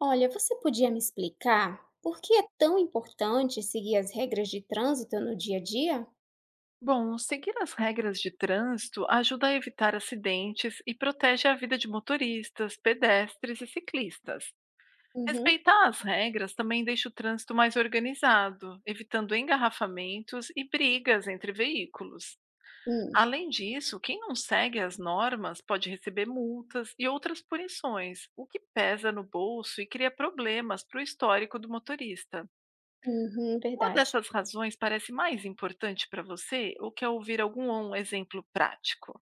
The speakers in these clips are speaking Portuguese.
Olha, você podia me explicar por que é tão importante seguir as regras de trânsito no dia a dia? Bom, seguir as regras de trânsito ajuda a evitar acidentes e protege a vida de motoristas, pedestres e ciclistas. Uhum. Respeitar as regras também deixa o trânsito mais organizado, evitando engarrafamentos e brigas entre veículos. hum, Além disso, quem não segue as normas pode receber multas e outras punições, o que pesa no bolso e cria problemas para o histórico do motorista. uhum, Uma verdade. dessas razões parece mais importante para você ou quer ouvir algum um exemplo prático?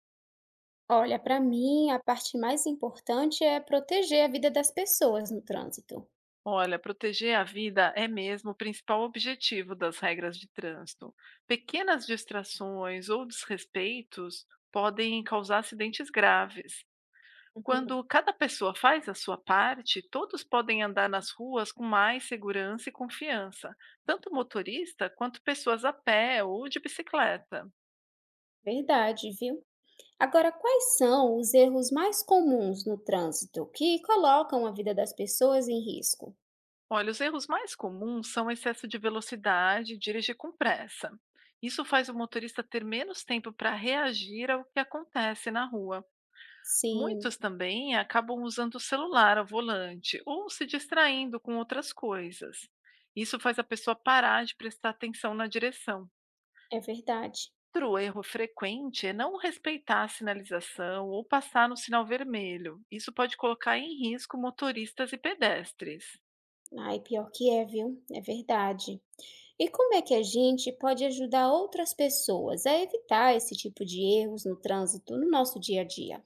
Olha, para mim, a parte mais importante é proteger a vida das pessoas no trânsito. Olha, proteger a vida é mesmo o principal objetivo das regras de trânsito. Pequenas distrações ou desrespeitos podem causar acidentes graves. Uhum, Quando cada pessoa faz a sua parte, todos podem andar nas ruas com mais segurança e confiança, tanto motorista quanto pessoas a pé ou de bicicleta. verdade, viu? Agora, quais são os erros mais comuns no trânsito que colocam a vida das pessoas em risco? Olha, os erros mais comuns são excesso de velocidade e dirigir com pressa. Isso faz o motorista ter menos tempo para reagir ao que acontece na rua. Sim, Muitos também acabam usando o celular ao volante ou se distraindo com outras coisas. Isso faz a pessoa parar de prestar atenção na direção. é verdade. Outro erro frequente é não respeitar a sinalização ou passar no sinal vermelho. Isso pode colocar em risco motoristas e pedestres. Ai, pior que é, viu? É verdade. E como é que a gente pode ajudar outras pessoas a evitar esse tipo de erros no trânsito no nosso dia a dia?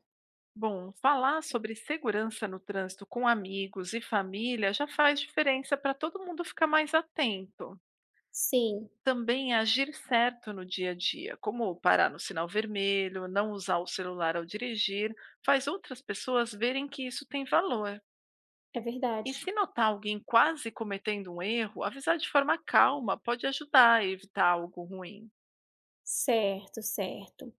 Bom, falar sobre segurança no trânsito com amigos e família já faz diferença para todo mundo ficar mais atento. Sim, Também agir certo no dia a dia, como parar no sinal vermelho, não usar o celular ao dirigir, faz outras pessoas verem que isso tem valor. é E verdade. se notar alguém quase cometendo um erro, avisar de forma calma pode ajudar a evitar algo ruim. Certo, certo.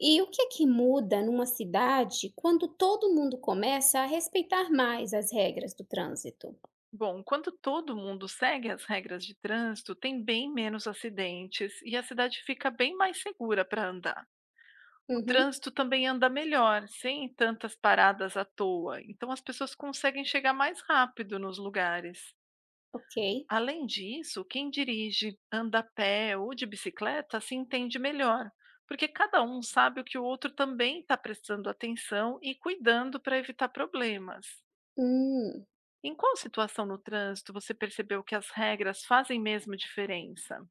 E o que é que muda numa cidade quando todo mundo começa a respeitar mais as regras do trânsito? Bom, quando todo mundo segue as regras de trânsito, tem bem menos acidentes e a cidade fica bem mais segura para andar. O Uhum. trânsito também anda melhor, sem tantas paradas à toa, então as pessoas conseguem chegar mais rápido nos lugares. Ok. Além disso, quem dirige, anda a pé ou de bicicleta se entende melhor, porque cada um sabe o que o outro também está prestando atenção e cuidando para evitar problemas. Hum. Em qual situação no trânsito você percebeu que as regras fazem mesmo diferença?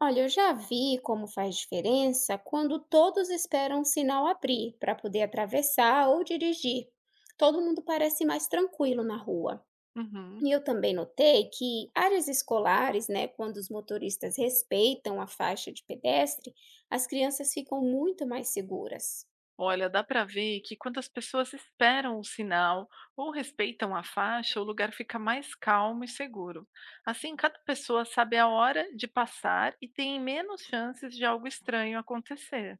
Olha, eu já vi como faz diferença quando todos esperam o sinal abrir para poder atravessar ou dirigir. Todo mundo parece mais tranquilo na rua. Uhum. E eu também notei que áreas escolares, né, quando os motoristas respeitam a faixa de pedestre, as crianças ficam muito mais seguras. Olha, dá para ver que quando as pessoas esperam o sinal ou respeitam a faixa, o lugar fica mais calmo e seguro. Assim, cada pessoa sabe a hora de passar e tem menos chances de algo estranho acontecer.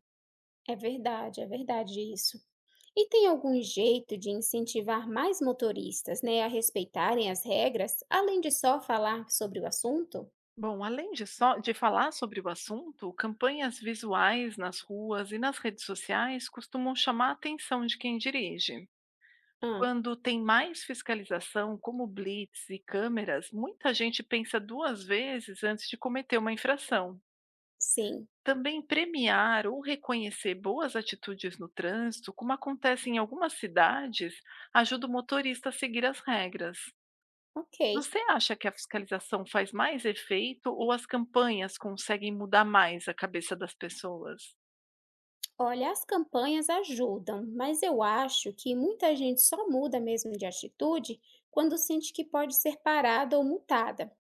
É verdade isso. E tem algum jeito de incentivar mais motoristas, né, a respeitarem as regras, além de só falar sobre o assunto? Bom, além de só de falar sobre o assunto, campanhas visuais nas ruas e nas redes sociais costumam chamar a atenção de quem dirige. Ah, Quando tem mais fiscalização, como blitz e câmeras, muita gente pensa duas vezes antes de cometer uma infração. sim, Também premiar ou reconhecer boas atitudes no trânsito, como acontece em algumas cidades, ajuda o motorista a seguir as regras. ok. Você acha que a fiscalização faz mais efeito ou as campanhas conseguem mudar mais a cabeça das pessoas? Olha, as campanhas ajudam, mas eu acho que muita gente só muda mesmo de atitude quando sente que pode ser parada ou multada.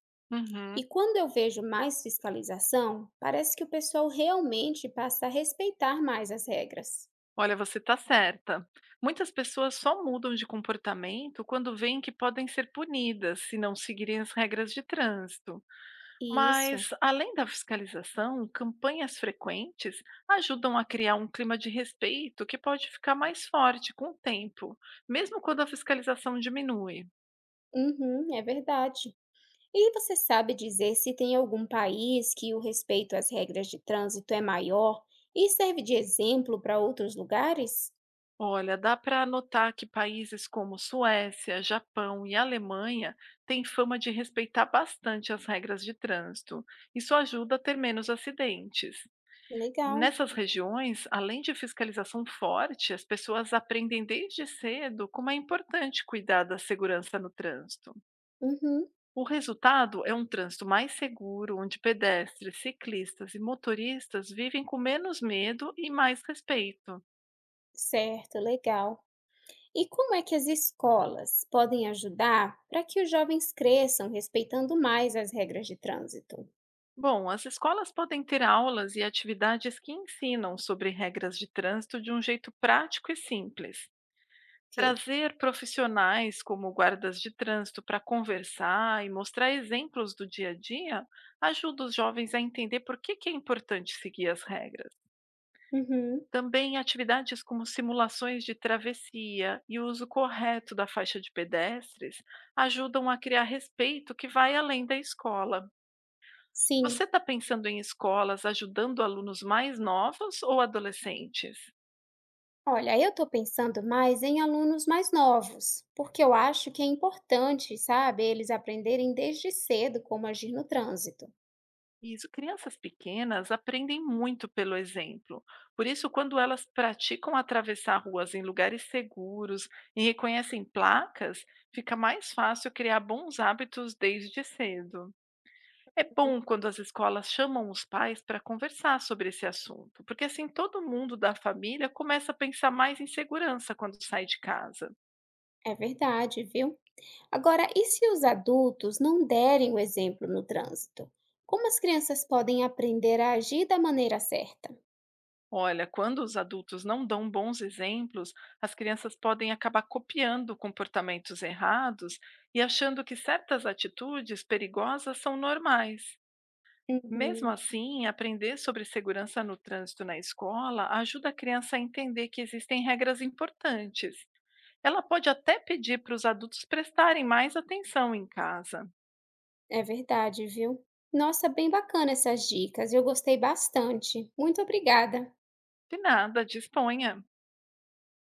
E Uhum. quando eu vejo mais fiscalização, parece que o pessoal realmente passa a respeitar mais as regras. Olha, você está certa. Muitas pessoas só mudam de comportamento quando veem que podem ser punidas se não seguirem as regras de trânsito. Isso. Mas, além da fiscalização, campanhas frequentes ajudam a criar um clima de respeito que pode ficar mais forte com o tempo, mesmo quando a fiscalização diminui. Uhum, é verdade. E você sabe dizer se tem algum país que o respeito às regras de trânsito é maior e serve de exemplo para outros lugares? Olha, dá para notar que países como Suécia, Japão e Alemanha têm fama de respeitar bastante as regras de trânsito. Isso ajuda a ter menos acidentes. Legal. Nessas regiões, além de fiscalização forte, as pessoas aprendem desde cedo como é importante cuidar da segurança no trânsito. Uhum, O resultado é um trânsito mais seguro, onde pedestres, ciclistas e motoristas vivem com menos medo e mais respeito. certo, legal. E como é que as escolas podem ajudar para que os jovens cresçam respeitando mais as regras de trânsito? Bom, as escolas podem ter aulas e atividades que ensinam sobre regras de trânsito de um jeito prático e simples. Ok. Trazer profissionais como guardas de trânsito para conversar e mostrar exemplos do dia a dia ajuda os jovens a entender por que é importante seguir as regras. Uhum, Também atividades como simulações de travessia e o uso correto da faixa de pedestres ajudam a criar respeito que vai além da escola. Você sim. está pensando em escolas ajudando alunos mais novos ou adolescentes? Olha, eu estou pensando mais em alunos mais novos, porque eu acho que é importante, sabe, eles aprenderem desde cedo como agir no trânsito. Isso, crianças pequenas aprendem muito pelo exemplo. Por isso, quando elas praticam atravessar ruas em lugares seguros e reconhecem placas, fica mais fácil criar bons hábitos desde cedo. É Uhum. bom quando as escolas chamam os pais para conversar sobre esse assunto, porque assim todo mundo da família começa a pensar mais em segurança quando sai de casa. É verdade, viu? Agora, e se os adultos não derem o exemplo no trânsito? Como as crianças podem aprender a agir da maneira certa? Olha, quando os adultos não dão bons exemplos, as crianças podem acabar copiando comportamentos errados e achando que certas atitudes perigosas são normais. Mesmo Uhum, assim, aprender sobre segurança no trânsito na escola ajuda a criança a entender que existem regras importantes. Ela pode até pedir para os adultos prestarem mais atenção em casa. é verdade, viu? Nossa, bem bacana essas dicas, eu gostei bastante. Muito obrigada. De nada, disponha.